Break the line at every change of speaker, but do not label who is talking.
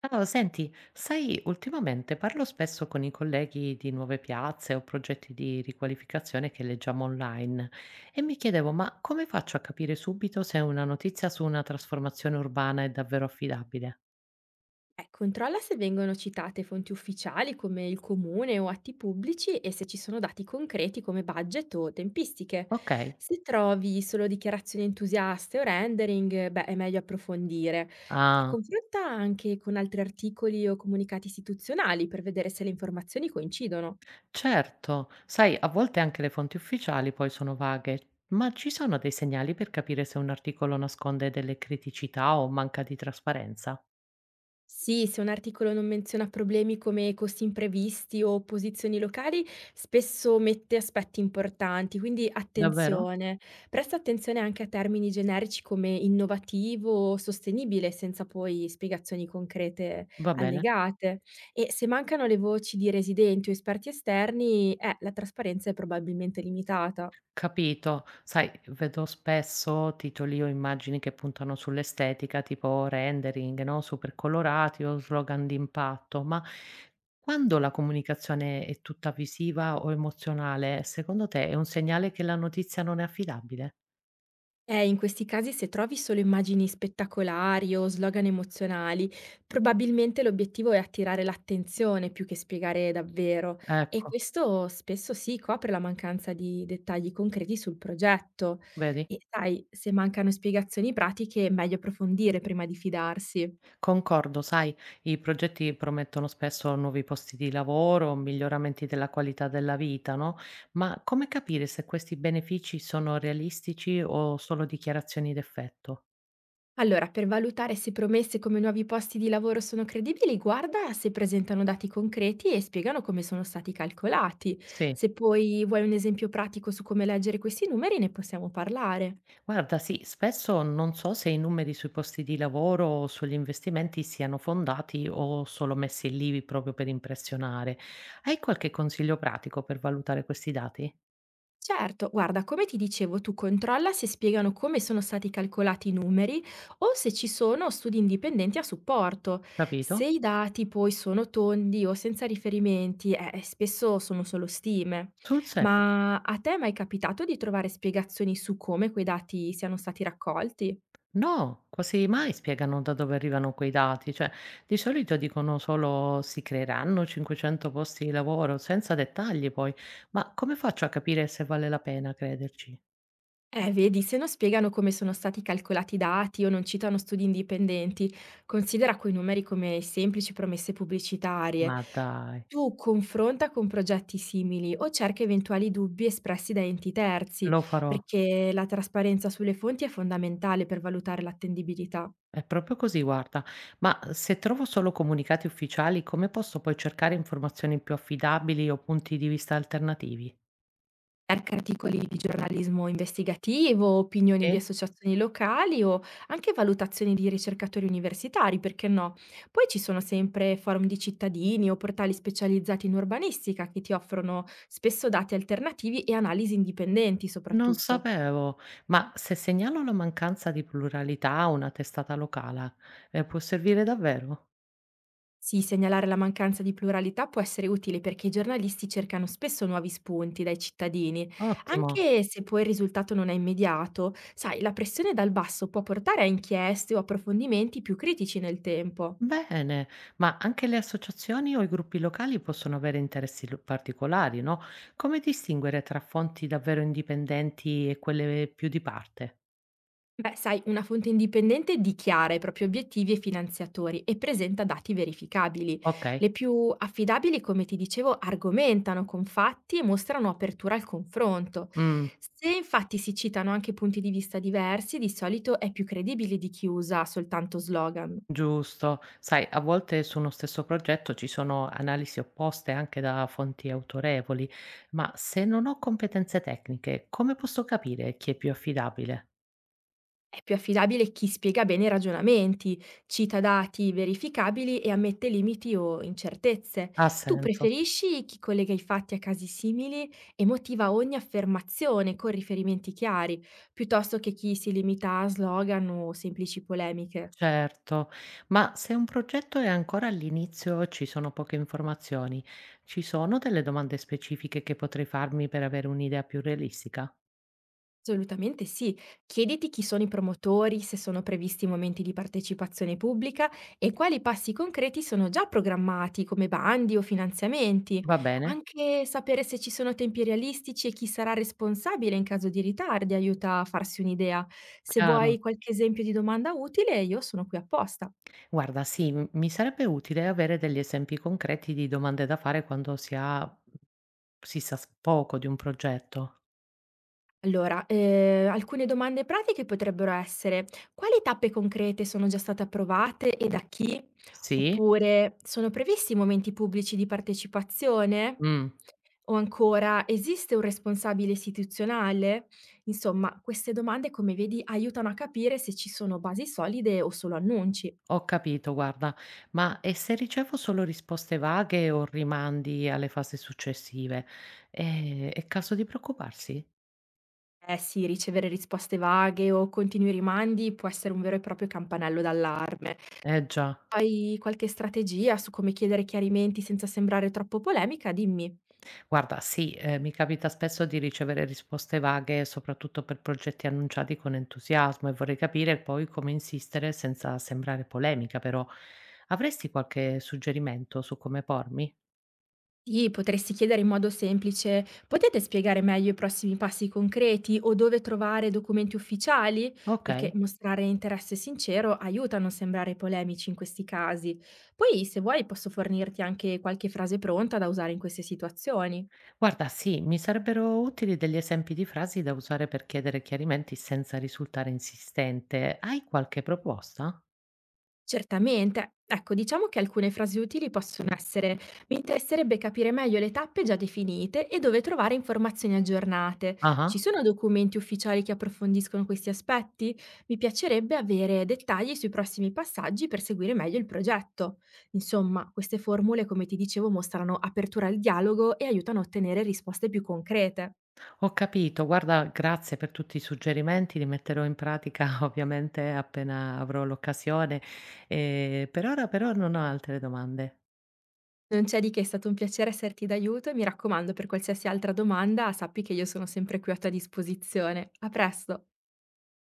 Ciao, senti, sai, ultimamente parlo spesso con i colleghi di nuove piazze o progetti di riqualificazione che leggiamo online e mi chiedevo, ma come faccio a capire subito se una notizia su una trasformazione urbana è davvero affidabile?
Controlla se vengono citate fonti ufficiali come il comune o atti pubblici e se ci sono dati concreti come budget o tempistiche.
Ok,
Se trovi solo dichiarazioni entusiaste o rendering, beh, è meglio approfondire. E
ah,
confronta anche con altri articoli o comunicati istituzionali per vedere se le informazioni coincidono.
certo, sai, a volte anche le fonti ufficiali poi sono vaghe, ma ci sono dei segnali per capire se un articolo nasconde delle criticità o manca di trasparenza?
Sì, se un articolo non menziona problemi come costi imprevisti o posizioni locali, spesso mette aspetti importanti, quindi
Davvero?
attenzione. Presta attenzione anche a termini generici come innovativo o sostenibile, senza poi spiegazioni concrete
Va bene.
allegate. E se mancano le voci di residenti o esperti esterni, la trasparenza è probabilmente limitata.
Capito. Sai, vedo spesso titoli o immagini che puntano sull'estetica, tipo rendering, no? Super colorati o slogan d'impatto, ma quando la comunicazione è tutta visiva o emozionale, secondo te è un segnale che la notizia non è affidabile?
In questi casi se trovi solo immagini spettacolari o slogan emozionali, probabilmente l'obiettivo è attirare l'attenzione più che spiegare davvero e
Ecco,
questo spesso sì copre la mancanza di dettagli concreti sul progetto.
vedi?
E sai, se mancano spiegazioni pratiche è meglio approfondire prima di fidarsi.
Concordo, sai, i progetti promettono spesso nuovi posti di lavoro, miglioramenti della qualità della vita, no? Ma come capire se questi benefici sono realistici o solo dichiarazioni d'effetto?
Allora, per valutare se promesse come nuovi posti di lavoro sono credibili, guarda se presentano dati concreti e spiegano come sono stati calcolati.
Sì.
Se poi vuoi un esempio pratico su come leggere questi numeri, ne possiamo parlare.
Guarda, sì, spesso non so se i numeri sui posti di lavoro o sugli investimenti siano fondati o solo messi lì proprio per impressionare. Hai qualche consiglio pratico per valutare questi dati?
Certo, guarda, come ti dicevo, tu controlla se spiegano come sono stati calcolati i numeri o se ci sono studi indipendenti a supporto.
Capito?
Se i dati poi sono tondi o senza riferimenti, spesso sono solo stime.
Sul serio?
Ma a te è mai capitato di trovare spiegazioni su come quei dati siano stati raccolti?
No, quasi mai spiegano da dove arrivano quei dati, cioè di solito dicono solo si creeranno 500 posti di lavoro, senza dettagli poi. Ma come faccio a capire se vale la pena crederci?
Vedi, se non spiegano come sono stati calcolati i dati o non citano studi indipendenti, considera quei numeri come semplici promesse pubblicitarie.
Ma dai,
Tu confronta con progetti simili o cerca eventuali dubbi espressi da enti terzi,
lo farò.
perché la trasparenza sulle fonti è fondamentale per valutare l'attendibilità.
È proprio così, guarda. Ma se trovo solo comunicati ufficiali, come posso poi cercare informazioni più affidabili o punti di vista alternativi?
Cerca articoli di giornalismo investigativo, opinioni di
Eh?
associazioni locali o anche valutazioni di ricercatori universitari, perché no? Poi ci sono sempre forum di cittadini o portali specializzati in urbanistica che ti offrono spesso dati alternativi e analisi indipendenti
Non
soprattutto.
sapevo, ma se segnalo la mancanza di pluralità a una testata locale, può servire davvero?
Sì, segnalare la mancanza di pluralità può essere utile perché i giornalisti cercano spesso nuovi spunti dai cittadini,
Ottimo,
anche se poi il risultato non è immediato. Sai, la pressione dal basso può portare a inchieste o approfondimenti più critici nel tempo.
bene. Ma anche le associazioni o i gruppi locali possono avere interessi particolari, no? Come distinguere tra fonti davvero indipendenti e quelle più di parte?
Beh, sai, una fonte indipendente dichiara i propri obiettivi e finanziatori e presenta dati verificabili.
Ok,
Le più affidabili, come ti dicevo, argomentano con fatti e mostrano apertura al confronto.
mm,
Se infatti si citano anche punti di vista diversi, di solito è più credibile di chi usa soltanto slogan.
giusto. Sai, a volte su uno stesso progetto ci sono analisi opposte anche da fonti autorevoli, ma se non ho competenze tecniche, come posso capire chi è più affidabile?
È più affidabile chi spiega bene i ragionamenti, cita dati verificabili e ammette limiti o incertezze.
Ha
Tu
senso.
preferisci chi collega i fatti a casi simili e motiva ogni affermazione con riferimenti chiari, piuttosto che chi si limita a slogan o semplici polemiche.
Certo, ma se un progetto è ancora all'inizio, ci sono poche informazioni. Ci sono delle domande specifiche che potrei farmi per avere un'idea più realistica?
Assolutamente sì. Chiediti chi sono i promotori, se sono previsti momenti di partecipazione pubblica e quali passi concreti sono già programmati, come bandi o finanziamenti.
Va bene?
Anche sapere se ci sono tempi realistici e chi sarà responsabile in caso di ritardi aiuta a farsi un'idea. Se
Chiaro.
vuoi qualche esempio di domanda utile, io sono qui apposta.
Guarda, sì, mi sarebbe utile avere degli esempi concreti di domande da fare quando si ha, si sa poco di un progetto.
Allora, alcune domande pratiche potrebbero essere: quali tappe concrete sono già state approvate e da chi?
Sì?
Oppure: sono previsti momenti pubblici di partecipazione?
Mm,
O ancora: esiste un responsabile istituzionale? Insomma, queste domande, come vedi, aiutano a capire se ci sono basi solide o solo annunci.
ho capito, guarda, ma e se ricevo solo risposte vaghe o rimandi alle fasi successive? È caso di preoccuparsi?
Eh sì, ricevere risposte vaghe o continui rimandi può essere un vero e proprio campanello d'allarme.
Eh già.
Hai qualche strategia su come chiedere chiarimenti senza sembrare troppo polemica? Dimmi.
Guarda, sì, mi capita spesso di ricevere risposte vaghe, soprattutto per progetti annunciati con entusiasmo e vorrei capire poi come insistere senza sembrare polemica, però. Avresti qualche suggerimento su come pormi?
Sì, potresti chiedere in modo semplice: "Potete spiegare meglio i prossimi passi concreti o dove trovare documenti ufficiali?"
Ok.
Perché mostrare interesse sincero aiuta a non sembrare polemici in questi casi. Poi, se vuoi, posso fornirti anche qualche frase pronta da usare in queste situazioni.
Guarda, sì, mi sarebbero utili degli esempi di frasi da usare per chiedere chiarimenti senza risultare insistente. Hai qualche proposta?
Certamente. Ecco, diciamo che alcune frasi utili possono essere: mi interesserebbe capire meglio le tappe già definite e dove trovare informazioni aggiornate. Ci
Ah.
sono documenti ufficiali che approfondiscono questi aspetti? Mi piacerebbe avere dettagli sui prossimi passaggi per seguire meglio il progetto. Insomma, queste formule, come ti dicevo, mostrano apertura al dialogo e aiutano a ottenere risposte più concrete.
Ho capito, guarda, grazie per tutti i suggerimenti, li metterò in pratica ovviamente appena avrò l'occasione. Per ora però non ho altre domande.
Non c'è di che, è stato un piacere esserti d'aiuto e mi raccomando, per qualsiasi altra domanda sappi che io sono sempre qui a tua disposizione. A presto!